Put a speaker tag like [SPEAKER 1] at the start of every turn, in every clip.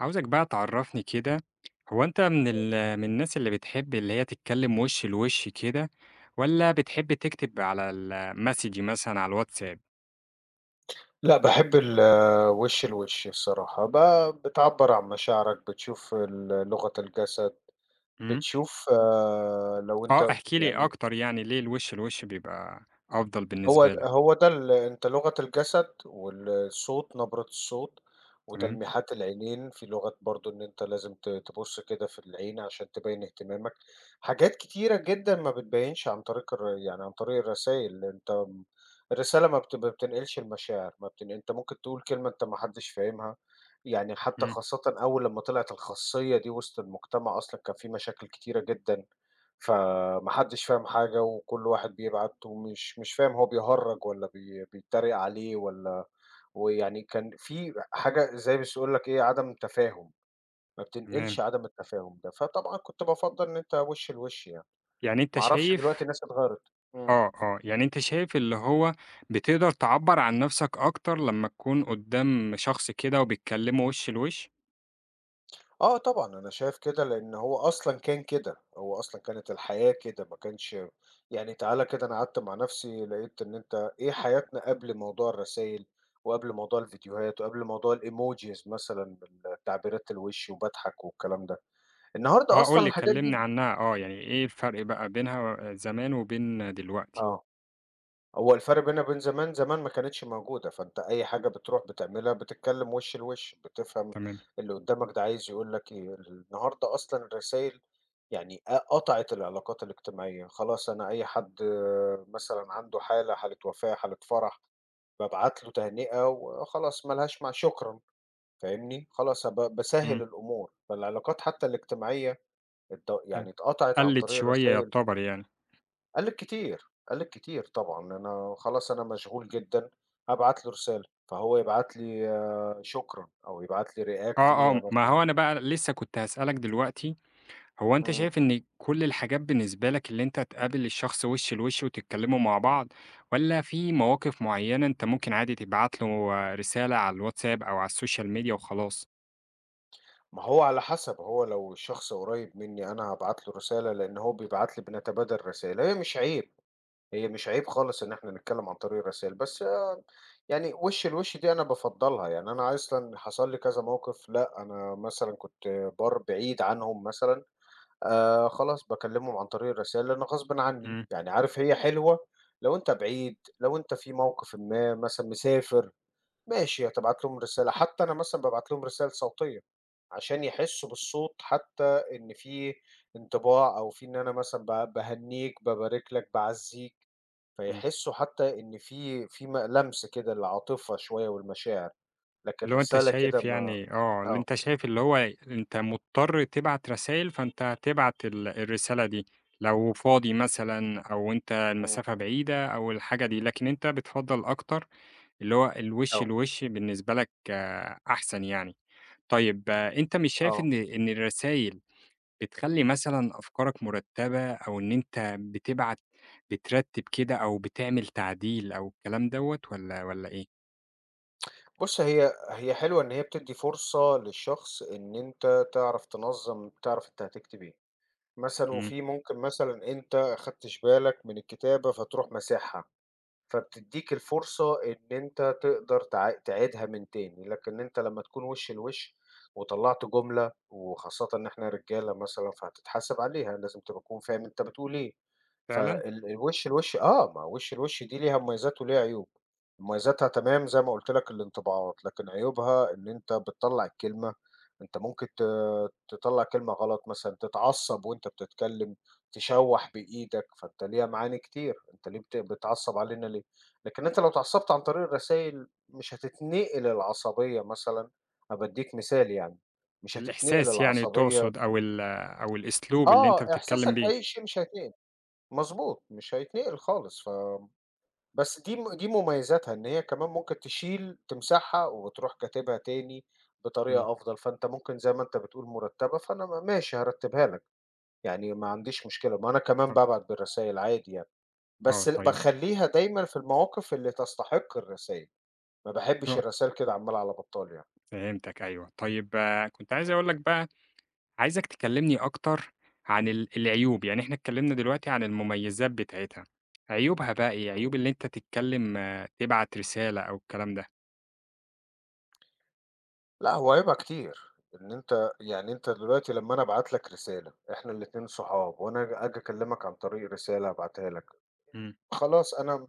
[SPEAKER 1] عاوزك بقى تعرّفني كده، هو أنت من الناس اللي بتحب اللي هي تتكلّم وِش لوِش كده والّا بتحب تكتب على الmessage مثلًا على الواتساب؟
[SPEAKER 2] لأ، باحب وِش لوِش الصراحة، بتعبّر عن مشاعرك، بتشوف لغة الجسد،
[SPEAKER 1] إمم،
[SPEAKER 2] بتشوف آه، لو
[SPEAKER 1] آه،
[SPEAKER 2] أنت
[SPEAKER 1] احكِ لي
[SPEAKER 2] يعني.
[SPEAKER 1] أكتر يعني ليه الوِش لوِش بيبقى أفضل
[SPEAKER 2] هو
[SPEAKER 1] بالنسبة لك،
[SPEAKER 2] هو ده أنت لغة الجسد والصوت، نبرة الصوت
[SPEAKER 1] تمام،
[SPEAKER 2] وتلميحات العينين، في لغة برضه إن أنت لازم تبُص كده في العين عشان تبيّن اهتمامك، حاجات كتيرة جدًا ما بتبيّنش عن طريق الرسايل، أنت م الرسالة ما بتنقلش المشاعر، ما بتن أنت ممكن تقول كلمة أنت ما حدش فاهمها، يعني حتى
[SPEAKER 1] إمم،
[SPEAKER 2] خاصةً أول لمّا طلعت الخاصية دي وسط المجتمع أصلًا كان في مشاكل كتيرة جدًا. فما حدش فاهم حاجة وكل واحد بيبعت ومش مش فاهم هو بيهرّج والّا بيتريق عليه والّا ويعني كان في حاجة زي بس يقول لك إيه، عدم تفاهم، ما
[SPEAKER 1] تمام.
[SPEAKER 2] بتنقلش عدم التفاهم ده، فطبعًا كنت بافضّل إن أنت وِش لوِش يعني،
[SPEAKER 1] يعني أنت
[SPEAKER 2] ما أعرفش دلوقتي
[SPEAKER 1] شايف
[SPEAKER 2] الناس اتغيّرت. إمم.
[SPEAKER 1] آه، آه، يعني أنت شايف اللي هو بتقدر تعبّر عن نَفْسك أكتر لمّا تكون قُدّام شخص كده وبتكلّمه وِش لوِش؟
[SPEAKER 2] آه طبعًا، أنا شايف كده، لإن هو أصلًا كان كده، هو أصلًا كانت الحياة كده، ما كانش يعني تعالَ كده أنا قعدت مع نفسي لقيت إن أنت إيه حياتنا قبل موضوع الرسايل، وقبل موضوع الفيديوهات، وقبل موضوع الemojis مثلًا بالتعبيرات الوِش وباضحك والكلام ده، النهارده
[SPEAKER 1] آه، قُل
[SPEAKER 2] أصلًا
[SPEAKER 1] لي
[SPEAKER 2] الحاجات
[SPEAKER 1] كلّمني
[SPEAKER 2] دي
[SPEAKER 1] عنها آه، يعني إيه الفرق بقى بينها زمان وبين دلوقتي؟
[SPEAKER 2] آه. هو الفرق بيننا وبين زمان، زمان ما كانتش موجودة، فأنت أي حاجة بتروح بتعملها بتتكلم وِش لوِش، بتفهم
[SPEAKER 1] تمام،
[SPEAKER 2] اللي قدّامك ده عايز يقول لك إيه، النهارده أصلًا الرسايل يعني قطعت العلاقات الاجتماعية، خلاص أنا أي حد آه، مثلًا عنده حالة، حالة وفاة، حالة فرح، بابعت له تهنئة وخلاص ما لهاش مع شكرًا فاهمني، خلاص باسهّل
[SPEAKER 1] إمم،
[SPEAKER 2] الأمور، فالعلاقات حتى الاجتماعية ات
[SPEAKER 1] آآ،
[SPEAKER 2] يعني اتقطعت عن
[SPEAKER 1] قَلِّت
[SPEAKER 2] طريق
[SPEAKER 1] شوية
[SPEAKER 2] الرسايل.
[SPEAKER 1] يعتبر يعني،
[SPEAKER 2] قال لِك كتير، قال لِك كتير طبعًا، أنا خلاص أنا مشغول جدًا، هابعت له رسالة، فهو يبعت لي آه، شكرًا أو يبعت لي react
[SPEAKER 1] آه،
[SPEAKER 2] ليها
[SPEAKER 1] آه، ما
[SPEAKER 2] مثلًا.
[SPEAKER 1] هو أنا بقى لسه كنت هاسألك دلوقتي، هو أنت
[SPEAKER 2] إمم،
[SPEAKER 1] شايف إن كل الحاجات بالنسبة لك اللي أنت تقابل الشخص وِش لوِش وتتكلّموا مع بعض، والّا في مواقف معيّنة أنت ممكن عادي تبعت له رسالة على الواتساب أو على السوشيال ميديا وخلاص؟
[SPEAKER 2] ما هو على حسب، هو لو الشخص قريب مني أنا هابعت له رسالة، لإن هو بيبعت لي بنتبادل رسائل، هي مش عيب، هي مش عيب خالص إن إحنا نتكلم عن طريق الرسايل، بس آه، يعني وِش لوِش دي أنا بافضّلها، يعني أنا أصلًا حصل لي كذا موقف لأ، أنا مثلًا كنت بعيد عنهم مثلًا خلاص باكلّمهم عن طريق الرسايل، لإن غصبٍ عني،
[SPEAKER 1] إمم،
[SPEAKER 2] يعني عارف هي حلوة لو أنت بعيد، لو أنت في موقِفٍ ما مثلًا مسافر، ماشي هتبعت لهم رسالة، حتى أنا مثلًا بابعت لهم رسالة صوتية، عشان يحسّوا بالصوت حتى إن في انطباع أو في إن أنا مثلًا باهنّيك، بابارك لك، باعزّيك،
[SPEAKER 1] إمم.
[SPEAKER 2] فيحسّوا حتى إن في في لمس كده للعاطفة شوية والمشاعر، لكن
[SPEAKER 1] اللي هو أنت
[SPEAKER 2] رسالة كده
[SPEAKER 1] شايف
[SPEAKER 2] ما،
[SPEAKER 1] يعني آه، اللي
[SPEAKER 2] آه،
[SPEAKER 1] أنت شايف اللي هو أنت مضطر تبعت رسايل، فأنت هتبعت الرسالة دي، لو فاضي مثلًا أو أنت
[SPEAKER 2] إمم،
[SPEAKER 1] المسافة بعيدة أو الحاجة دي، لكن أنت بتفضّل أكتر اللي هو الوِش
[SPEAKER 2] آه،
[SPEAKER 1] لوِش بالنسبة لك آه، أحسن يعني. طيب آه، أنت مش شايف
[SPEAKER 2] آه.
[SPEAKER 1] إن الرسايل بتخلّي مثلًا أفكارك مرتبة أو إن أنت بتبعت بترتّب كده أو بتعمل تعديل أو الكلام دوّة والّا إيه؟
[SPEAKER 2] بُص، هي حلوة إن هي بتدّي فرصة للشخص إن أنت تعرف تنظّم، تعرف أنت هتكتب إيه، مثلًا
[SPEAKER 1] إمم،
[SPEAKER 2] وفي ممكن مثلًا أنت أخدتش بالك من الكتابة فتروح مسحها. فبتدّيك الفرصة إن أنت تقدر تعيدها من تاني، لكن أنت لمّا تكون وِش لوِش وطلّعت جملة وخاصةً إن إحنا رجالة مثلًا فهتتحاسب عليها، لازم تبقى تكون فاهم أنت بتقول إيه،
[SPEAKER 1] فعلًا؟
[SPEAKER 2] الوِش لوِش آه، ما هو وِش لوِش دي ليها مميزات وليها عيوب، مميزاتها تمام زي ما قُلت لك الانطباعات، لكن عيوبها إن أنت بتطلّع الكلمة، أنت ممكن تطلّع كلمة غلط مثلًا، تتعصب وأنت بتتكلم. تشوّح بإيدك، فأنت ليها معاني كتير، أنت ليه بتعصّب علينا ليه؟ لكن أنت لو اتعصّبت عن طريق الرسايل مش هتتنقل العصبية مثلًا هابادّيك مثال يعني، مش هتتنقل
[SPEAKER 1] الإحساس يعني
[SPEAKER 2] العصبية
[SPEAKER 1] تقصد أو الأسلوب اللي أنت بتتكلم
[SPEAKER 2] إحساسك
[SPEAKER 1] بيه.
[SPEAKER 2] بأي شيء مش هيتنقل، مضبوط، مش هيتنقل خالص بس دي مميزاتها إن هي كمان ممكن تشيل تمسحها وتروح كاتبها تاني
[SPEAKER 1] إمم،
[SPEAKER 2] بطريقة أفضل، فأنت ممكن زي ما أنت بتقول مرتّبة، فأنا ماشي هارتّبها لك، يعني ما عنديش مشكلة، ما أنا كمان
[SPEAKER 1] طب
[SPEAKER 2] بابعت بالرسايل عادي يعني.
[SPEAKER 1] آه
[SPEAKER 2] بس
[SPEAKER 1] طيب،
[SPEAKER 2] باخلّيها دايمًا في المواقف اللي تستحق الرسايل، ما باحبش
[SPEAKER 1] آه
[SPEAKER 2] الرسايل كده عمّالة على بطّال يعني،
[SPEAKER 1] فهمتك أيوه. طيب آه، كنت عايز
[SPEAKER 2] إمم،
[SPEAKER 1] أقول لك بقى، عايزك تكلمني أكتر عن العيوب، يعني إحنا اتكلمنا دلوقتي عن المميزات بتاعتها، عيوبها بقى إيه؟
[SPEAKER 2] إمم.
[SPEAKER 1] عيوب اللي أنت تتكلم آه، تبعت رسالة أو الكلام ده.
[SPEAKER 2] لأ هو عيبها كتير، إن أنت يعني أنت دلوقتي لمّا أنا أبعت لك رسالة، إحنا الاتنين صحاب وأنا آجي أكلّمك عن طريق رسالة أبعتها لك،
[SPEAKER 1] إمم،
[SPEAKER 2] خلاص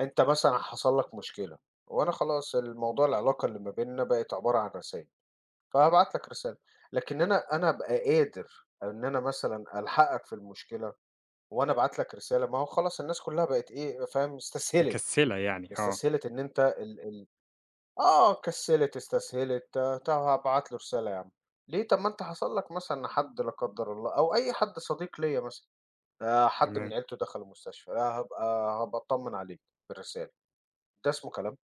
[SPEAKER 2] أنت مثلًا حصل لك مشكلة، وأنا خلاص الموضوع العلاقة اللي ما بيننا بقت عبارة عن رسايل، فهابعت لك رسالة، لكن أنا أبقى قادر إن أنا مثلًا ألحقك في المشكلة وأنا أبعت لك رسالة، ما هو خلاص الناس كلّها بقت إيه، فاهم، استسهلت،
[SPEAKER 1] مكسلة يعني، آه
[SPEAKER 2] استسهلت إن أنت ال ال آه، كسّلت، استسهلت، آه، طَب هابعت له رسالة يا عم، ليه؟ طَب ما أنت حصل لك مثلًا حد لا قدّر الله أو أي حد صديق ليّا مثلًا، حد من
[SPEAKER 1] تمام.
[SPEAKER 2] عيلته دخل المستشفى، هابقى أتطمّن عليك بالرسالة، ده اسمه كلام؟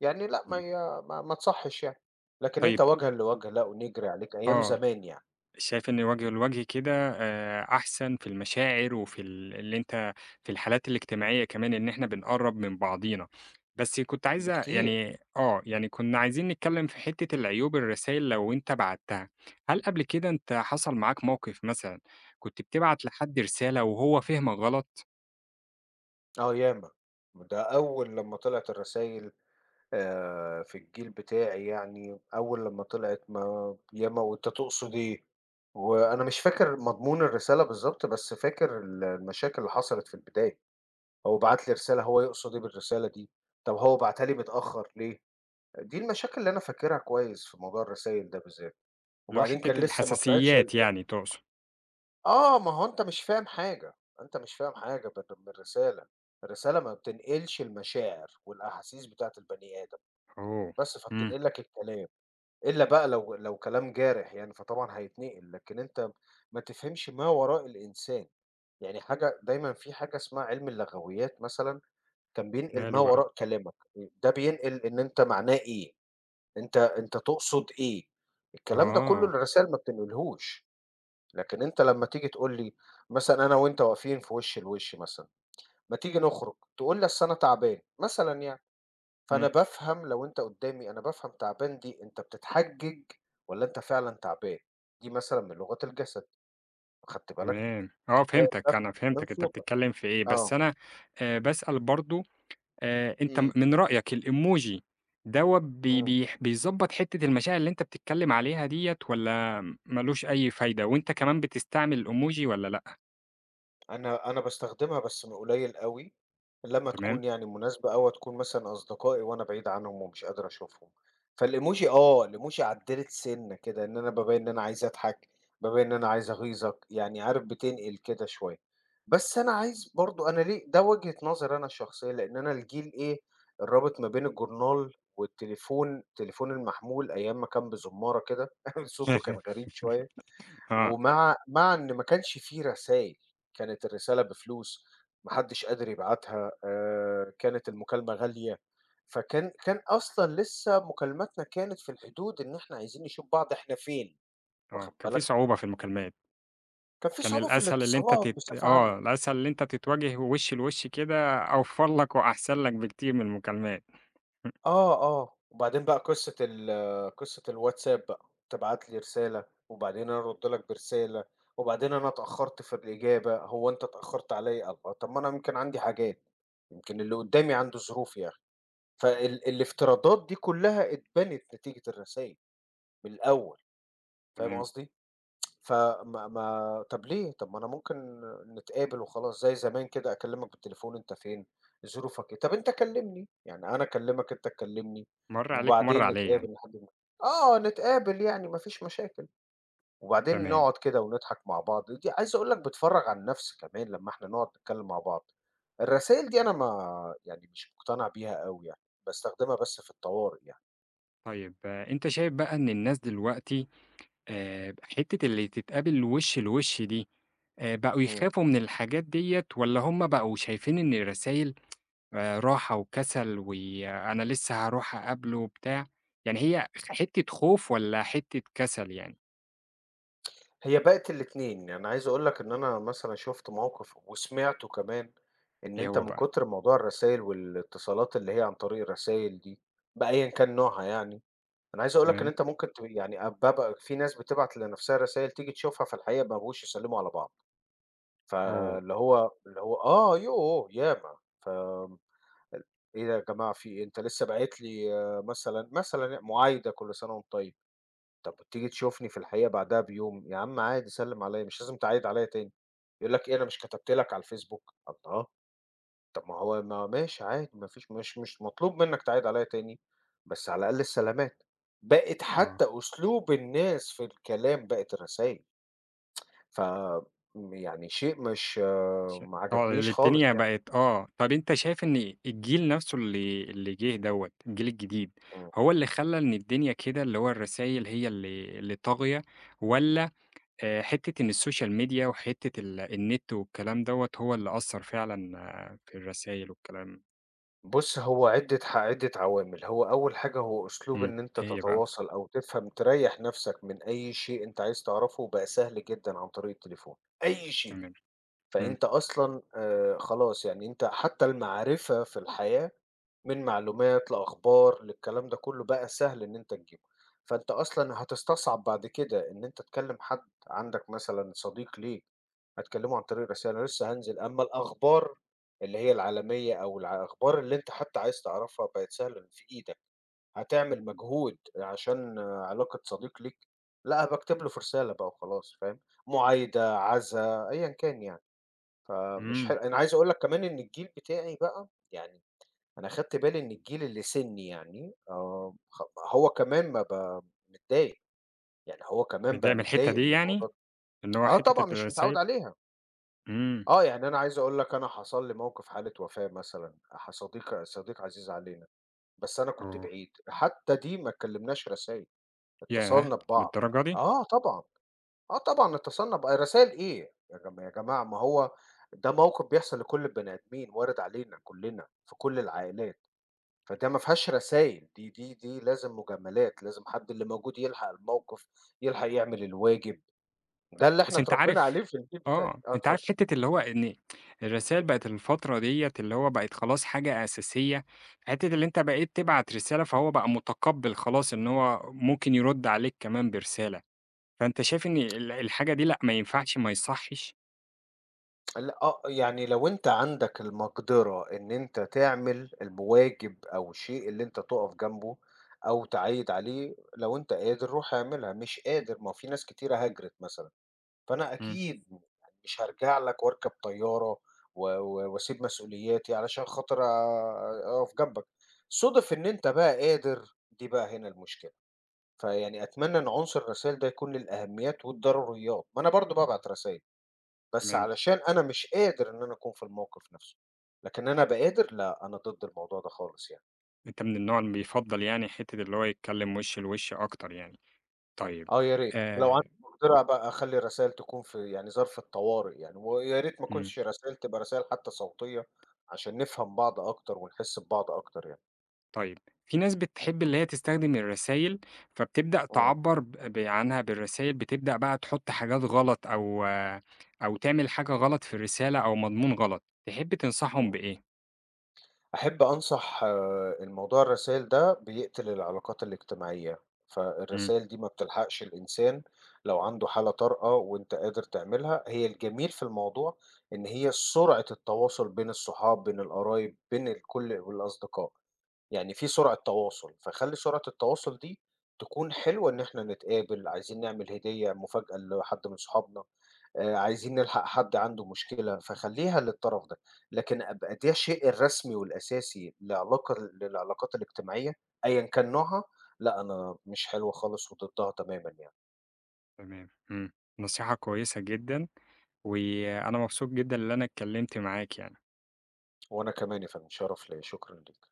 [SPEAKER 2] يعني لأ، ما
[SPEAKER 1] مم.
[SPEAKER 2] هي ما تصحّش يعني، لكن
[SPEAKER 1] طيب
[SPEAKER 2] أنت وجهًا لوجه لأ، ونجري عليك أيام
[SPEAKER 1] آه.
[SPEAKER 2] زمان يعني
[SPEAKER 1] شايف إن وجه لوجه كده أحسن في المشاعر وفي اللي أنت في الحالات الاجتماعية كمان إن إحنا بنقرّب من بعضينا، بس كنت عايز أ
[SPEAKER 2] بكتير،
[SPEAKER 1] يعني آه، يعني كنا عايزين نتكلّم في حتّة العيوب الرسايل لو أنت بعتّها، هل قبل كده أنت حصل معاك موقف مثلًا كنت بتبعت لحد رسالة وهو فهمك غلط؟
[SPEAKER 2] آه ياما، ده أول لمّا طلعت الرسايل في الجيل بتاعي يعني أول لمّا طلعت ما ياما وأنت تقصد إيه، وأنا مش فاكر مضمون الرسالة بالضبط، بس فاكر المشاكل اللي حصلت في البداية، هو بعت لي رسالة هو يقصد إيه بالرسالة دي، طب هو بعتها لي متأخر ليه، دي المشاكل اللي أنا فاكرها كويس في موضوع الرسايل ده بالذات،
[SPEAKER 1] اللي هو
[SPEAKER 2] وبعدين
[SPEAKER 1] حتّة
[SPEAKER 2] كان لسه ما طلعتش ال
[SPEAKER 1] الحساسيات يعني تقصد.
[SPEAKER 2] آه ما هو أنت مش فاهم حاجة، أنت مش فاهم حاجة بالرسالة، الرسالة ما بتنقلش المشاعر والأحاسيس بتاعة البني آدم،
[SPEAKER 1] أوه!
[SPEAKER 2] بس
[SPEAKER 1] إمم،
[SPEAKER 2] فبتنقل لك الكلام. إلا بقى لو كلام جارح يعني، فطبعًا هيتنقل، لكن أنت ما تفهمش ما وراء الإنسان، يعني حاجة دايمًا في حاجة اسمها علم اللغويات مثلًا، كان بينقل ما
[SPEAKER 1] ماله بقى؟
[SPEAKER 2] وراء كلامك، ده بينقل إن أنت معناه إيه، أنت تقصد إيه، الكلام ده كله
[SPEAKER 1] آه،
[SPEAKER 2] الرسايل ما بتنقلهوش، لكن أنت لمّا تيجي تقول لي مثلًا أنا وأنت واقفين في وِش لوِش مثلًا، ما تيجي نخرج، تقول لي أصل أنا تعبان مثلًا يعني.
[SPEAKER 1] إمم.
[SPEAKER 2] فأنا بافهم لو أنت قدّامي أنا بافهم تعبان دي أنت بتتحجج والّا أنت فعلًا تعبان، دي مثلًا من لغات الجسد، خدت بالك؟
[SPEAKER 1] تمام، آه فهمتك،
[SPEAKER 2] بافهم
[SPEAKER 1] أنا
[SPEAKER 2] كمان
[SPEAKER 1] فهمتك أنت
[SPEAKER 2] صوتك،
[SPEAKER 1] بتتكلم في إيه،
[SPEAKER 2] آه،
[SPEAKER 1] بس أنا باسأل برضه أنت م
[SPEAKER 2] إمم،
[SPEAKER 1] من رأيك الemoji دوّة بي
[SPEAKER 2] إمم.
[SPEAKER 1] بيح بيضبّط حتّة المشاعر اللي أنت بتتكلم عليها ديّة والّا ما لوش أي فايدة، وأنت كمان بتستعمل الemoji والّا لأ؟
[SPEAKER 2] أنا باستخدمها بس قليل أوي، لمّا
[SPEAKER 1] تمام،
[SPEAKER 2] تكون يعني مناسبة أو هتكون مثلًا أصدقائي وأنا بعيد عنهم ومش قادر أشوفهم. فالإيموجي آه، الإيموجي عدّلِت سِنّة كده، إن أنا بابين إن أنا عايز أضحك، بابين إن أنا عايز أغيظك، يعني عارف بتنقل كده شوية. بس أنا عايز برضه أنا ليه ده وجهة نظري أنا الشخصية، لإن أنا الجيل إيه، الرابط ما بين الجورنال والتليفون، التليفون المحمول أيام ما كان بزُمّارة كده، صوته كان غريب شوية.
[SPEAKER 1] آه،
[SPEAKER 2] ومع إن ما كانش في رسايل، كانت الرسالة بفلوس، ما حدش قادر يبعتها، كانت المكالمة غالية، فكان أصلًا لسه مكالماتنا كانت في الحدود إن إحنا عايزين نشوف بعض إحنا فين،
[SPEAKER 1] آه،
[SPEAKER 2] واخد
[SPEAKER 1] كان في
[SPEAKER 2] بالك؟
[SPEAKER 1] صعوبة في المكالمات،
[SPEAKER 2] كان في
[SPEAKER 1] كان
[SPEAKER 2] صعوبة في
[SPEAKER 1] الأسهل اللي أنت
[SPEAKER 2] الاتصالات
[SPEAKER 1] تت
[SPEAKER 2] بصفة
[SPEAKER 1] آه،
[SPEAKER 2] عامة.
[SPEAKER 1] الأسهل اللي أنت تتواجه وِش لوِش كده أوفر لك وأحسن لك بكتير من المكالمات،
[SPEAKER 2] آه، آه، وبعدين بقى قصة الواتساب بقى، تبعت لي رسالة، وبعدين أنا أرد لك برسالة، وبعدين أنا اتأخرت في الإجابة، هو أنت اتأخرت عليَّ؟ الله! طب ما أنا يمكن عندي حاجات، يمكن اللي قدامي عنده ظروف يا أخي، الافتراضات دي كلها اتبنت نتيجة الرسايل من الأول، فاهم
[SPEAKER 1] تمام،
[SPEAKER 2] قصدي؟ فما ما طب ليه؟ طب ما أنا ممكن نتقابل وخلاص زي زمان كده أكلّمك بالتليفون أنت فين، ظروفك إيه، طب أنت كلّمني، يعني أنا أكلّمك أنت تكلّمني،
[SPEAKER 1] مَر عليك ومَر
[SPEAKER 2] وبعدين
[SPEAKER 1] عليّا يعني،
[SPEAKER 2] نتقابل لحد ما آه، نتقابل يعني ما فيش مشاكل، وبعدين
[SPEAKER 1] تمام.
[SPEAKER 2] نقعد كده ونضحك مع بعض، دي عايز أقول لك بتفرّغ عن نَفْسي كمان لمّا إحنا نقعد نتكلّم مع بعض، الرسايل دي أنا ما يعني مش مقتنع بيها أوي يعني، باستخدمها بس في الطوارئ يعني.
[SPEAKER 1] طيب آه، أنت شايف بقى إن الناس دلوقتي آه، حتة اللي تتقابل وش لوش دي آه، بقوا
[SPEAKER 2] إمم.
[SPEAKER 1] يخافوا من الحاجات ديت ولا هم بقوا شايفين إن الرسايل راحة وكسل وأنا لسه هروح أقابله وبتاع يعني هي حتة خوف ولا حتة كسل يعني
[SPEAKER 2] هي بقت الاتنين، يعني عايز أقول لك إن أنا مثلًا شُفت موقِف وسمعته كمان، إن
[SPEAKER 1] إيه
[SPEAKER 2] أنت
[SPEAKER 1] هو
[SPEAKER 2] من
[SPEAKER 1] بقى
[SPEAKER 2] كتر موضوع الرسايل والاتصالات اللي هي عن طريق الرسايل دي بأيًا كان نوعها يعني، أنا عايز أقول لك إن
[SPEAKER 1] تمام؟
[SPEAKER 2] أنت ممكن يعني بابقى في ناس بتبعت لنفسها رسايل تيجي تشوفها في الحقيقة ما بقوش يسلّموا على بعض،
[SPEAKER 1] أوه
[SPEAKER 2] فاللي هو يوه! ياما آمم، إيه ده يا جماعة في إيه؟ أنت لسه باعت لي آه، مثلًا معايدة كل سنة وأنتم طيب. طب وتيجي تشوفني في الحقيقة بعدها بيوم، يا عم عادي سلِّم عليَّ، مش لازم تعايد عليَّ تاني، يقول لك إيه أنا مش كتبت لك على الفيسبوك، الله! طب ما هو ما ماشي عادي ما فيش مش مطلوب منك تعايد عليَّ تاني، بس على الأقل السلامات، بقت
[SPEAKER 1] أه
[SPEAKER 2] حتى أسلوب الناس في الكلام بقت الرسايل، ف م يعني شيء مش
[SPEAKER 1] ش
[SPEAKER 2] ما
[SPEAKER 1] آه، اللي
[SPEAKER 2] عجبنيش خالص
[SPEAKER 1] الدنيا
[SPEAKER 2] يعني.
[SPEAKER 1] بقت آه، طَب أنت شايف إن الجيل نَفْسه اللي جِه دوّة، الجيل الجديد،
[SPEAKER 2] إمم.
[SPEAKER 1] هو اللي خلّى إن الدنيا كده اللي هو الرسايل هي اللي طاغية، والّا حتّة إن السوشيال ميديا وحتّة النت والكلام دوّة هو اللي أثّر فعلًا آه، في الرسايل والكلام؟
[SPEAKER 2] بُص، هو عدة عوامل، هو أول حاجة هو أسلوب
[SPEAKER 1] إمم،
[SPEAKER 2] إن أنت
[SPEAKER 1] إيه هي بقى،
[SPEAKER 2] تتواصل أو تفهم تريّح نَفْسك من أي شيء أنت عايز تعرفه بقى سهل جدًا عن طريق التليفون، أي شيء،
[SPEAKER 1] تمام، إمم،
[SPEAKER 2] فأنت أصلًا خلاص يعني أنت حتى المعرفة في الحياة من معلومات لأخبار للكلام ده كله بقى سهل إن أنت تجيبه، فأنت أصلًا هتستصعب بعد كده إن أنت تكلم حد عندك مثلًا صديق ليك هتكلمه عن طريق الرسايل، أنا لسه هانزل، أمّا الأخبار اللي هي العالمية أو الأخبار اللي أنت حتى عايز تعرفها بقت سهلة في إيدك، هتعمل مجهود عشان علاقة صديق ليك، لأ باكتب له في رسالة بقى وخلاص فاهم، معايدة، عزا، أيًا كان يعني، فمش
[SPEAKER 1] إمم،
[SPEAKER 2] حلو أنا عايز أقول لك كمان إن الجيل بتاعي بقى يعني أنا أخدت بالي إن الجيل اللي سِنّي يعني آه، هو كمان ما بقى متضايق، يعني هو كمان بقى
[SPEAKER 1] متضايق من الحتّة
[SPEAKER 2] متضايق
[SPEAKER 1] دي
[SPEAKER 2] من
[SPEAKER 1] يعني؟
[SPEAKER 2] الموضوع ده
[SPEAKER 1] إن هو
[SPEAKER 2] آه
[SPEAKER 1] حتّة
[SPEAKER 2] طبعًا مش
[SPEAKER 1] الرسايل؟
[SPEAKER 2] متعوّد عليها،
[SPEAKER 1] إمم،
[SPEAKER 2] آه، يعني أنا عايز أقول لك أنا حصل لي موقِف حالة وفاة مثلًا، صديق عزيز علينا، بس أنا كنت
[SPEAKER 1] آه،
[SPEAKER 2] بعيد، حتى دي ما اتكلّمناش رسايل،
[SPEAKER 1] ياه!
[SPEAKER 2] اتصلنا ببعض
[SPEAKER 1] للدرجة دي؟!
[SPEAKER 2] آه طبعًا، آه طبعًا اتصلنا ب آه، رسايل إيه يا جماعة ما هو ده موقِف بيحصل لكل البني آدمين وارد علينا كُلّنا في كل العائلات. فده ما فيهاش رسايل، دي لازم مجاملات، لازم حد اللي موجود يلحق الموقف، يلحق يعمل الواجب، ده اللي
[SPEAKER 1] بس
[SPEAKER 2] إحنا
[SPEAKER 1] أنت
[SPEAKER 2] اتربينا
[SPEAKER 1] عارف
[SPEAKER 2] عليه في الجيل بتاعي.
[SPEAKER 1] آه،
[SPEAKER 2] آه،
[SPEAKER 1] أنت
[SPEAKER 2] اتفضل.
[SPEAKER 1] عارف حتّة اللي هو إن الرسايل بقت الفترة ديّة اللي هو بقت خلاص حاجة أساسية، حتّة اللي أنت بقيت تبعت رسالة فهو بقى متقبّل خلاص إن هو ممكن يرُد عليك كمان برسالة، فأنت شايف إن الحاجة دي لأ ما ينفعش ما يصحّش؟
[SPEAKER 2] لأ، آه، يعني لو أنت عندك المقدرة إن أنت تعمل الواجب أو الشيء اللي أنت تُقف جنبه أو تعيّد عليه، لو أنت قادر روح اعملها، مش قادر ما هو في ناس كتيرة هاجرت مثلًا. فأنا
[SPEAKER 1] إمم.
[SPEAKER 2] أكيد يعني مش هارجع لك واركب طيارة و و واسيب مسؤولياتي علشان خاطر أقف جنبك. صُدف إن أنت بقى قادر، دي بقى هنا المشكلة. فيعني أتمنى إن عنصر الرسايل ده يكون للأهميات والضروريات، ما أنا برضه بابعت رسايل، بس
[SPEAKER 1] تمام،
[SPEAKER 2] علشان أنا مش قادر إن أنا أكون في الموقف نفسه، لكن أنا أبقى قادر، لأ، أنا ضد الموضوع ده خالص يعني.
[SPEAKER 1] أنت من النوع اللي بيفضّل يعني حتّة اللي هو يتكلّم وِش لوِش أكتر يعني، طيب
[SPEAKER 2] آه يا ريت، ولو عندِك
[SPEAKER 1] آآ
[SPEAKER 2] مقدرة بقى أخلّي الرسايل تكون في يعني ظرف الطوارئ يعني، ويا ريت ما
[SPEAKER 1] إمم.
[SPEAKER 2] تكونش رسايل تبقى رسايل حتى صوتية، عشان نفهم بعض أكتر ونحس ببعض أكتر يعني.
[SPEAKER 1] طيب في ناس بتحب اللي هي تستخدم الرسايل فبتبدأ
[SPEAKER 2] إمم،
[SPEAKER 1] تعبر عنها بالرسايل بتبدأ بقى تحط حاجات غلط أو أو تعمل حاجة غلط في الرسالة أو مضمون غلط تحب تنصحهم
[SPEAKER 2] إمم.
[SPEAKER 1] بإيه؟
[SPEAKER 2] أحب أنصح آه، الموضوع الرسايل ده بيقتل العلاقات الاجتماعية،
[SPEAKER 1] مم.
[SPEAKER 2] فالرسايل دي ما بتلحقش الإنسان لو عنده حالة طارئة وأنت قادر تعملها، هي الجميل في الموضوع إن هي سرعة التواصل بين الصحاب، بين القرايب، بين الكل والأصدقاء. يعني في سرعة تواصل، فخلّي سرعة التواصل دي تكون حلوة إن إحنا نتقابل، عايزين نعمل هدية مفاجأة لحد من صحابنا، عايزين نلحق حد عنده مشكلة، فخلّيها للطرف ده، لكن أبقى ده الشيء الرسمي والأساسي لعلاقة للعلاقات الاجتماعية أيًا كان نوعها، لأ أنا مش حلوة خالص وضدّها تمامًا يعني،
[SPEAKER 1] تمام مم. نصيحة كويسة جدا وأنا مبسوط جدا إن أنا اتكلمت معاك يعني.
[SPEAKER 2] وأنا كمان يا فندم، شرف ليّا، شكرًا ليك.